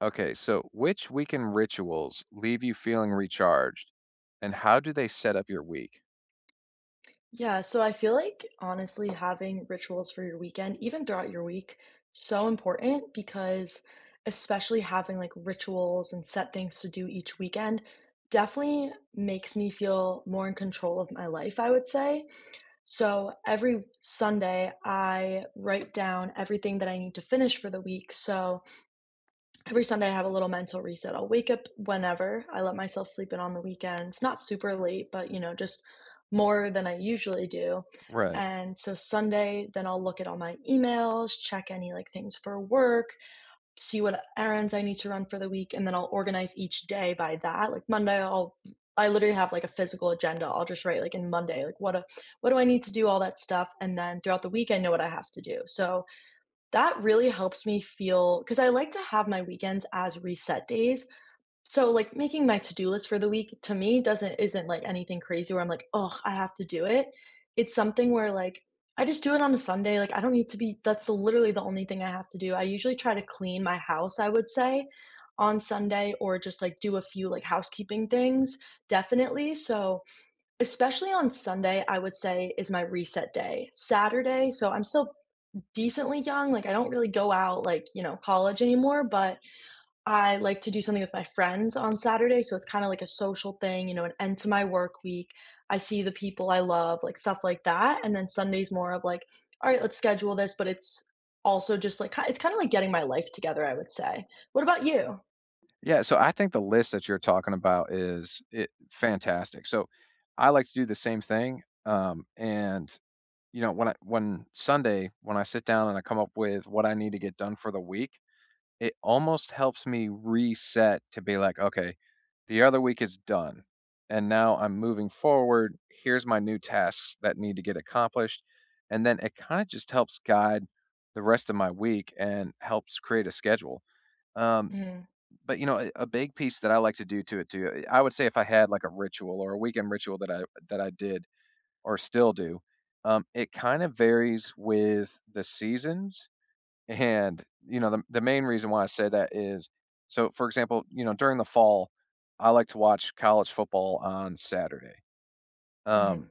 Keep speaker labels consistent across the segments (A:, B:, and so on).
A: Okay, so which weekend rituals leave you feeling recharged and how do they set up your week?
B: Yeah, so I feel like honestly having rituals for your weekend, even throughout your week, so important because especially having like rituals and set things to do each weekend definitely makes me feel more in control of my life, I would say. So every Sunday, I write down everything that I need to finish for the week. So every Sunday, I have a little mental reset. I'll wake up whenever. I let myself sleep in on the weekends, not super late, but you know, just more than I usually do.
A: Right.
B: And so Sunday, then I'll look at all my emails, check any like things for work, see what errands I need to run for the week, and then I'll organize each day by that. Like Monday, I'll I literally have like a physical agenda. I'll just write like in Monday, like what a, what do I need to do, all that stuff, and then throughout the week, I know what I have to do. So that really helps me feel because I like to have my weekends as reset days. So, like, making my to-do list for the week to me doesn't isn't like anything crazy where I'm like, oh, I have to do it. It's something where, like, I just do it on a Sunday, like, I don't need to be that's the literally the only thing I have to do. I usually try to clean my house, I would say, on Sunday or just, like, do a few, like, housekeeping things, definitely. So, especially on Sunday, I would say is my reset day. Saturday, so I'm still decently young. Like I don't really go out like, you know, college anymore, but I like to do something with my friends on Saturday, so it's kind of like a social thing, you know, an end to my work week. I see the people I love, like stuff like that, and then Sunday's more of like, all right, let's schedule this, but it's also just like it's kind of like getting my life together, I would say. What about you?
A: Yeah, so I think the list that you're talking about is it fantastic. So I like to do the same thing. And you know, when Sunday, when I sit down and I come up with what I need to get done for the week, it almost helps me reset to be like, "Okay, the other week is done, and now I'm moving forward. Here's my new tasks that need to get accomplished." And then it kinda just helps guide the rest of my week and helps create a schedule. Um,
B: Mhm.
A: but, you know, a big piece that I like to do to it too, I would say if I had like a ritual or a weekend ritual that I did or still do, it kind of varies with the seasons and, you know, the main reason why I say that is so, for example, you know, during the fall, I like to watch college football on Saturday.
B: Mhm.
A: Um,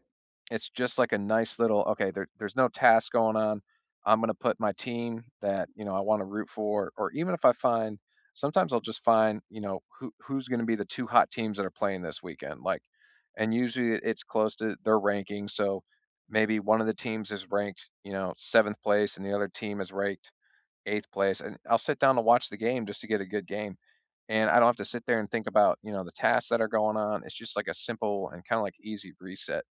A: it's just like a nice little okay, there's no task going on. I'm gonna put my team that, you know, I want to root for, or even if I find sometimes I'll just find, you know, who's gonna be the two hot teams that are playing this weekend. Like and usually it's close to their ranking. So maybe one of the teams is ranked, you know, seventh place and the other team is ranked 8th place, and I'll sit down to watch the game just to get a good game, and I don't have to sit there and think about, you know, the tasks that are going on, it's just like a simple and kinda, like, easy reset,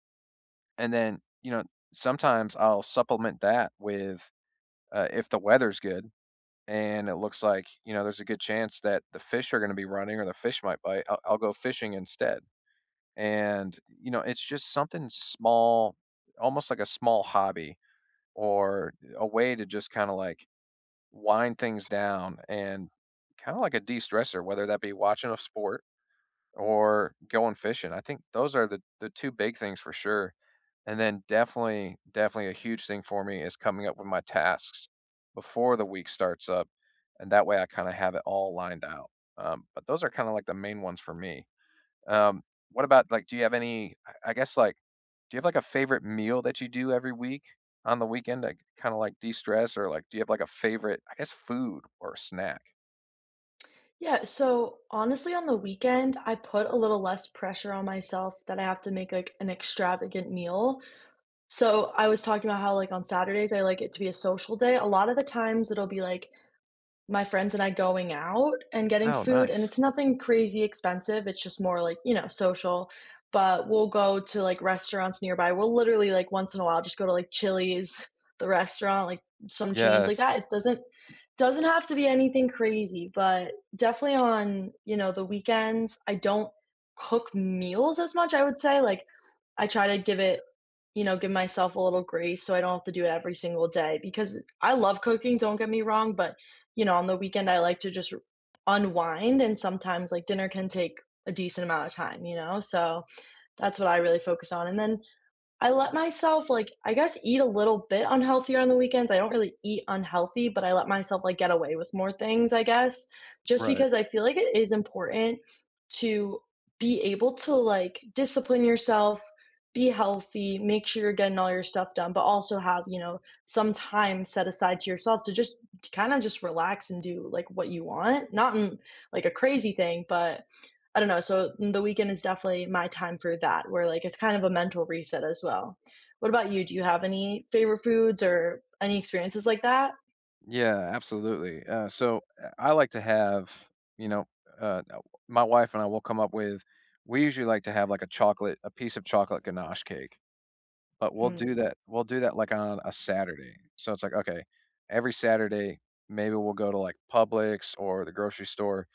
A: and then, you know, sometimes I'll supplement that with, if the weather's good and it looks like, you know, there's a good chance that the fish are gonna be running or the fish might bite, I'll go fishing instead, and, you know, it's just something small, almost like a small hobby or a way to just kinda, like, wind things down and kind of like a de-stressor, whether that be watching a sport or going fishing. I think those are the two big things for sure. And then definitely, definitely a huge thing for me is coming up with my tasks before the week starts up, and that way I kind of have it all lined out. But those are kind of like the main ones for me. Um, what about like, do you have any, I guess like, do you have like a favorite meal that you do every week on the weekend to kind of like de-stress or like, do you have like a favorite, I guess, food or snack?
B: Yeah, so honestly, on the weekend, I put a little less pressure on myself that I have to make like an extravagant meal. So I was talking about how, like, on Saturdays, I like it to be a social day. A lot of the times it'll be like my friends and I going out and getting
A: Oh,
B: food, and
A: nice.
B: it's nothing crazy expensive. It's just more like, you know, social. But we'll go to like restaurants nearby. We'll literally like once in a while just go to like Chili's, the restaurant, like some chains like
A: Yes,
B: that. It doesn't have to be anything crazy, but definitely on, you know, the weekends, I don't cook meals as much, I would say. Like I try to give it give myself a little grace so I don't have to do it every single day because I love cooking, don't get me wrong, but you know, on the weekend, I like to just unwind. And sometimes, like, dinner can take a decent amount of time, you know? So that's what I really focus on. And then I let myself like I guess eat a little bit unhealthier on the weekends. I don't really eat unhealthy, but I let myself like get away with more things, I guess, just
A: right.
B: because I feel like it is important to be able to like discipline yourself, be healthy, make sure you're getting all your stuff done, but also have, you know, some time set aside to yourself to just just relax and do like what you want. Not in like a crazy thing, but I don't know, so the weekend is definitely my time for that, where, like, it's kind of a mental reset as well. What about you? Do you have any favorite foods or any experiences like that?
A: Yeah, absolutely. So I like to have, you know, uh, uh, my wife and I will come up with, we usually like to have like a chocolate, a piece of chocolate ganache cake. But
B: Mm.
A: we'll do that, like, on a Saturday. So it's like, okay, every Saturday, maybe we'll go to, like, Publix or the grocery store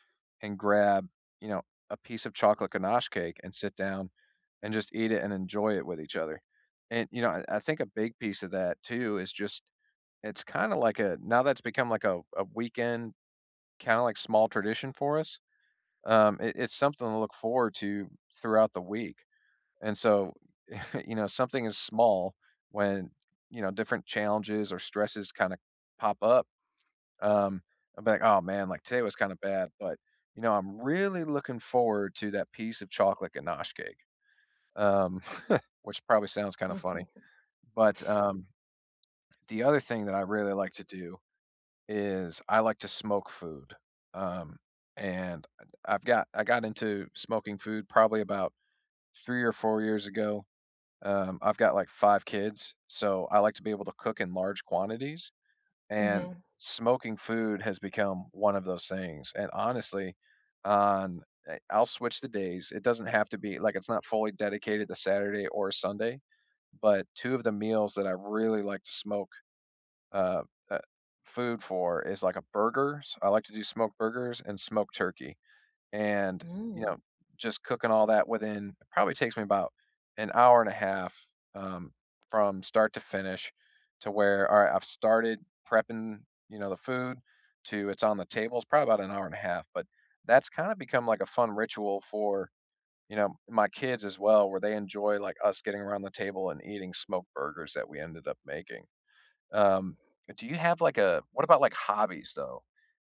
A: and grab, you know, a piece of chocolate ganache cake and sit down and just eat it and enjoy it with each other. And, you know, I think a big piece of that too is just it's kinda like a now that's become like a weekend, kinda like small tradition for us. It's something to look forward to throughout the week. And so you know, something is small when, you know, different challenges or stresses kind of pop up. Um, I'm like, oh man, like today was kind of bad, but you know, I'm really looking forward to that piece of chocolate ganache cake, um, which probably sounds kind of funny.
B: Mhm.
A: But the other thing that I really like to do is I like to smoke food. Um, and I got into smoking food probably about 3 or 4 years ago. I've got like 5 kids, so I like to be able to cook in large quantities, and
B: Mhm.
A: smoking food has become one of those things, and honestly, on I I'll switch the days. It doesn't have to be like, it's not fully dedicated to Saturday or Sunday, but 2 of the meals that I really like to smoke, uh, uh, food for is like a burgers I like to do smoked burgers and smoked turkey. And, you
B: Mm.
A: know, just cooking all that within it probably takes me about an hour and a half, um, from start to finish to where, all right, I've started prepping, you know, the food to it's on the table. It's probably about an hour and a half, but that's kind of become like a fun ritual for, you know, my kids as well, where they enjoy like us getting around the table and eating smoked burgers that we ended up making. Um, do you have like a what about like hobbies though?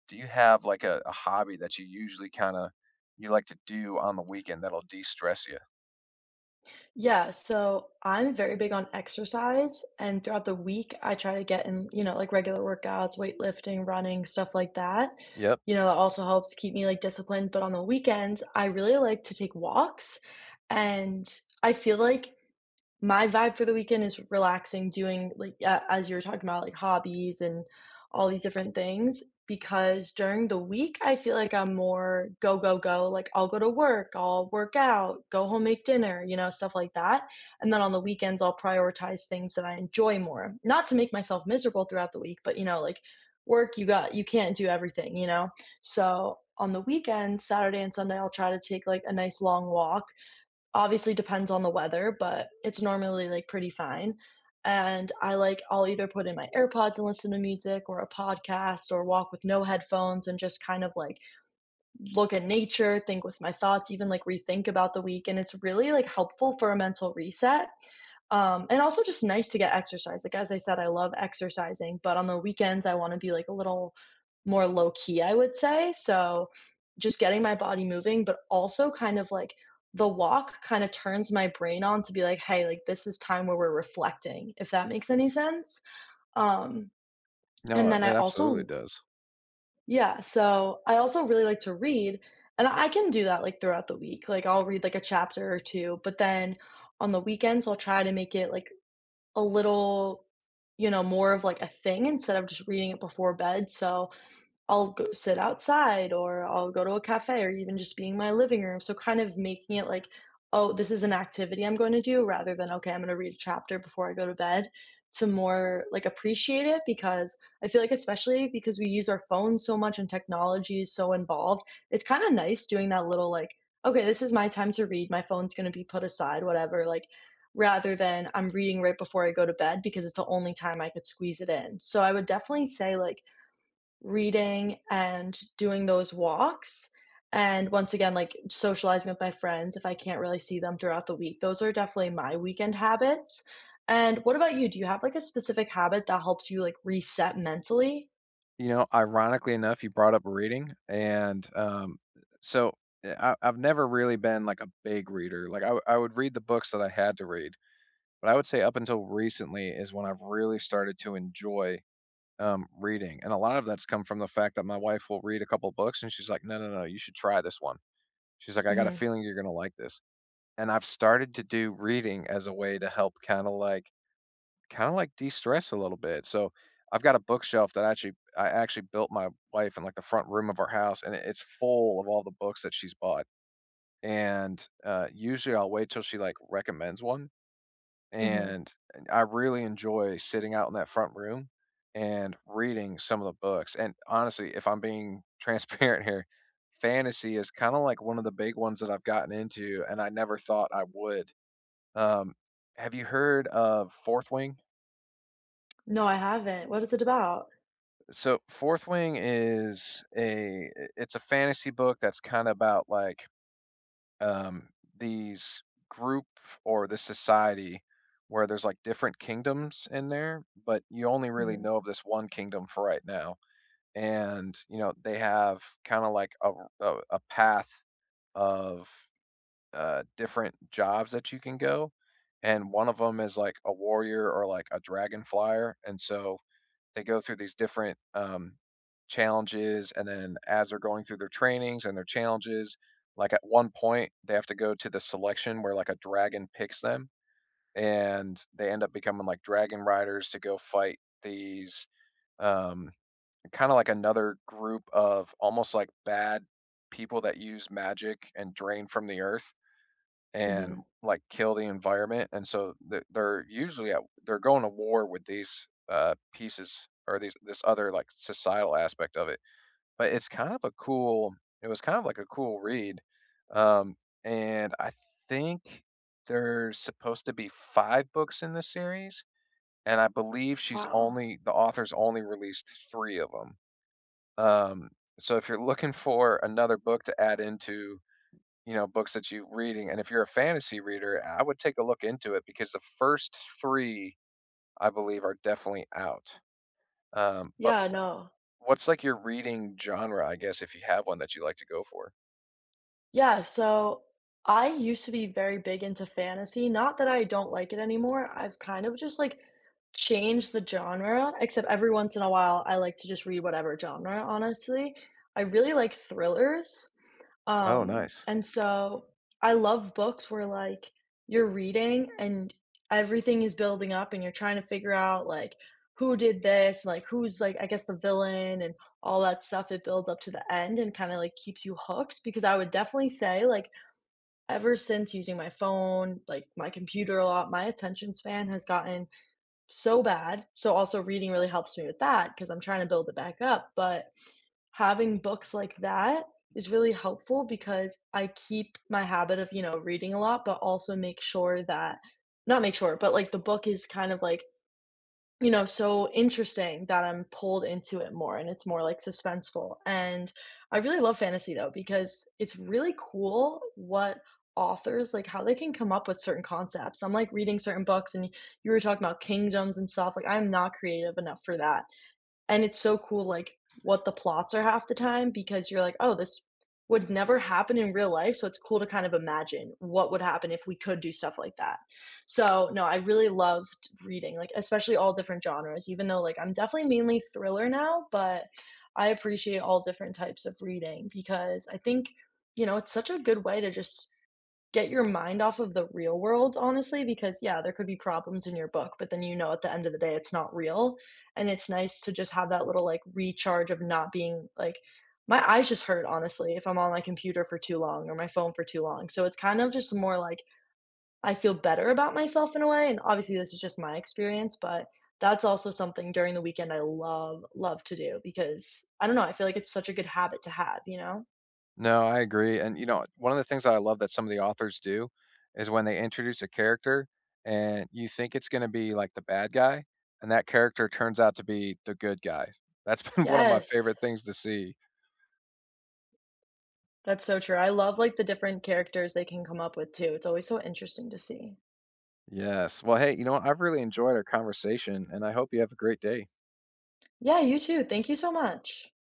A: Do you have like a hobby that you usually kind of you like to do on the weekend that'll de-stress you?
B: Yeah, so I'm very big on exercise, and throughout the week, I try to get in, you know, like regular workouts, weightlifting, running, stuff like that.
A: Yep.
B: You know, that also helps keep me like disciplined. But on the weekends, I really like to take walks, and I feel like my vibe for the weekend is relaxing, doing like a as you were talking about, like, hobbies and all these different things, because during the week, I feel like I'm more go, go, go, like, I'll go to work, I'll work out, go home, make dinner, you know, stuff like that, and then on the weekends, I'll prioritize things that I enjoy more. Not to make myself miserable throughout the week, but, you know, like, work, you can't do everything, you know? So, on the weekend, Saturday and Sunday, I'll try to take, like, a nice long walk obviously depends on the weather, but it's normally like pretty fine. And I like I'll either put in my AirPods and listen to music or a podcast or walk with no headphones and just kind of like look at nature, think with my thoughts, even like rethink about the week. And it's really like helpful for a mental reset. And also just nice to get exercise. Like, as I said, I love exercising, but on the weekends, I want to be like a little more low key, I would say. So just getting my body moving, but also kind of like the walk kind of turns my brain on to be like, hey, like this is time where we're reflecting, if that makes any sense. Um, and
A: No,
B: then
A: it
B: I
A: absolutely
B: also
A: does.
B: yeah, so I also really like to read, and I can do that like throughout the week. Like I'll read like a chapter or two, but then on the weekends I'll try to make it like a little, you know, more of like a thing instead of just reading it before bed. So I'll go sit outside or I'll go to a cafe or even just being in my living room. So kind of making it like, oh, this is an activity I'm going to do rather than, okay, I'm going to read a chapter before I go to bed to more like appreciate it because I feel like, especially because we use our phones so much and technology is so involved, it's kind of nice doing that little like, okay, this is my time to read. My phone's going to be put aside, whatever. Like, rather than I'm reading right before I go to bed because it's the only time I could squeeze it in. So I would definitely say, like, reading and doing those walks and once again like socializing with my friends if I can't really see them throughout the week, those are definitely my weekend habits. And what about you? Do you have like a specific habit that helps you like reset mentally?
A: You know, ironically enough, you brought up reading, and so I've never really been like a big reader. Like I would read the books that I had to read, but I would say up until recently is when I've really started to enjoy reading, and a lot of that's come from the fact that my wife will read a couple books, and she's like, "No, no, no, you should try this one." She's like, "I got a
B: Mhm.
A: feeling you're gonna like this." And I've started to do reading as a way to help kind of like de-stress a little bit. So I've got a bookshelf that actually I actually built my wife in like the front room of our house, and it's full of all the books that she's bought. And usually I'll wait till she like recommends one
B: Mhm.
A: and I really enjoy sitting out in that front room and reading some of the books. And honestly, if I'm being transparent here, fantasy is kind of like one of the big ones that I've gotten into, and I never thought I would. Um, have you heard of Fourth Wing?
B: No, I haven't. What is it about?
A: So Fourth Wing is it's a fantasy book that's kind of about like um, these group or this society where there's like different kingdoms in there, but you only really
B: Mhm.
A: know of this one kingdom for right now. And you know they have kind of like a path of different jobs that you can go, and one of them is like a warrior or like a dragon flyer, and so they go through these different challenges, and then as they're going through their trainings and their challenges, like at one point they have to go to the selection where like a dragon picks them, and they end up becoming like dragon riders to go fight these um, kind of like another group of almost like bad people that use magic and drain from the earth and
B: Mhm.
A: like kill the environment. And so they're usually at they're going to war with these pieces or these this other like societal aspect of it. But it's kind of a cool. It was kind of like a cool read, um, and I think there's supposed to be 5 books in the series, and I believe she's
B: Wow.
A: only the author's only released 3 of them. Um, so if you're looking for another book to add into you know, books that you're reading, and if you're a fantasy reader, I would take a look into it because the first 3, I believe, are definitely out. But
B: Yeah, no.
A: what's like your reading genre, I guess, if you have one that you like to go for?
B: Yeah, so I used to be very big into fantasy. Not that I don't like it anymore. I've kind of just like changed the genre, except every once in a while I like to just read whatever genre, honestly. I really like thrillers.
A: Oh, nice.
B: And so I love books where, like, you're reading and everything is building up and you're trying to figure out, like, who did this, like, who's, like, I guess the villain and all that stuff. It builds up to the end and kinda, like, keeps you hooked because I would definitely say, like, ever since using my phone, like, my computer a lot, my attention span has gotten so bad. So also reading really helps me with that because 'cause I'm trying to build it back up, but having books like that is really helpful because I keep my habit of, you know, reading a lot, but also make sure that not make sure, but like the book is kind of like, you know, so interesting that I'm pulled into it more and it's more like suspenseful. And I really love fantasy though, because it's really cool what authors how they can come up with certain concepts. I'm like reading certain books and you were talking about kingdoms and stuff. Like I'm not creative enough for that. And it's so cool, like, what the plots are half the time because you're like, "Oh, this would never happen in real life," so it's cool to kind of imagine what would happen if we could do stuff like that. So, no, I really loved reading, like, especially all different genres, even though, like, I'm definitely mainly thriller now, but I appreciate all different types of reading because I think, you know, it's such a good way to just get your mind off of the real world, honestly, because, yeah, there could be problems in your book, but then you know at the end of the day it's not real, and it's nice to just have that little, like, recharge of not being like my eyes just hurt, honestly, if I'm on my computer for too long or my phone for too long, so it's kind of just more like I feel better about myself in a way, and obviously this is just my experience, but that's also something during the weekend I love, love to do because I don't know, I feel like it's such a good habit to have, you know?
A: No, I agree, and, you know, one of the things that I love that some of the authors do is when they introduce a character and you think it's gonna be, like, the bad guy, and that character turns out to be the good guy. That's been one of my favorite
B: Yes.
A: things to see.
B: That's so true. I love, like, the different characters they can come up with too. It's always so interesting to see.
A: Yes. Well, hey, you know what? I've really enjoyed our conversation, and I hope you have a great day.
B: Yeah, you too. Thank you so much.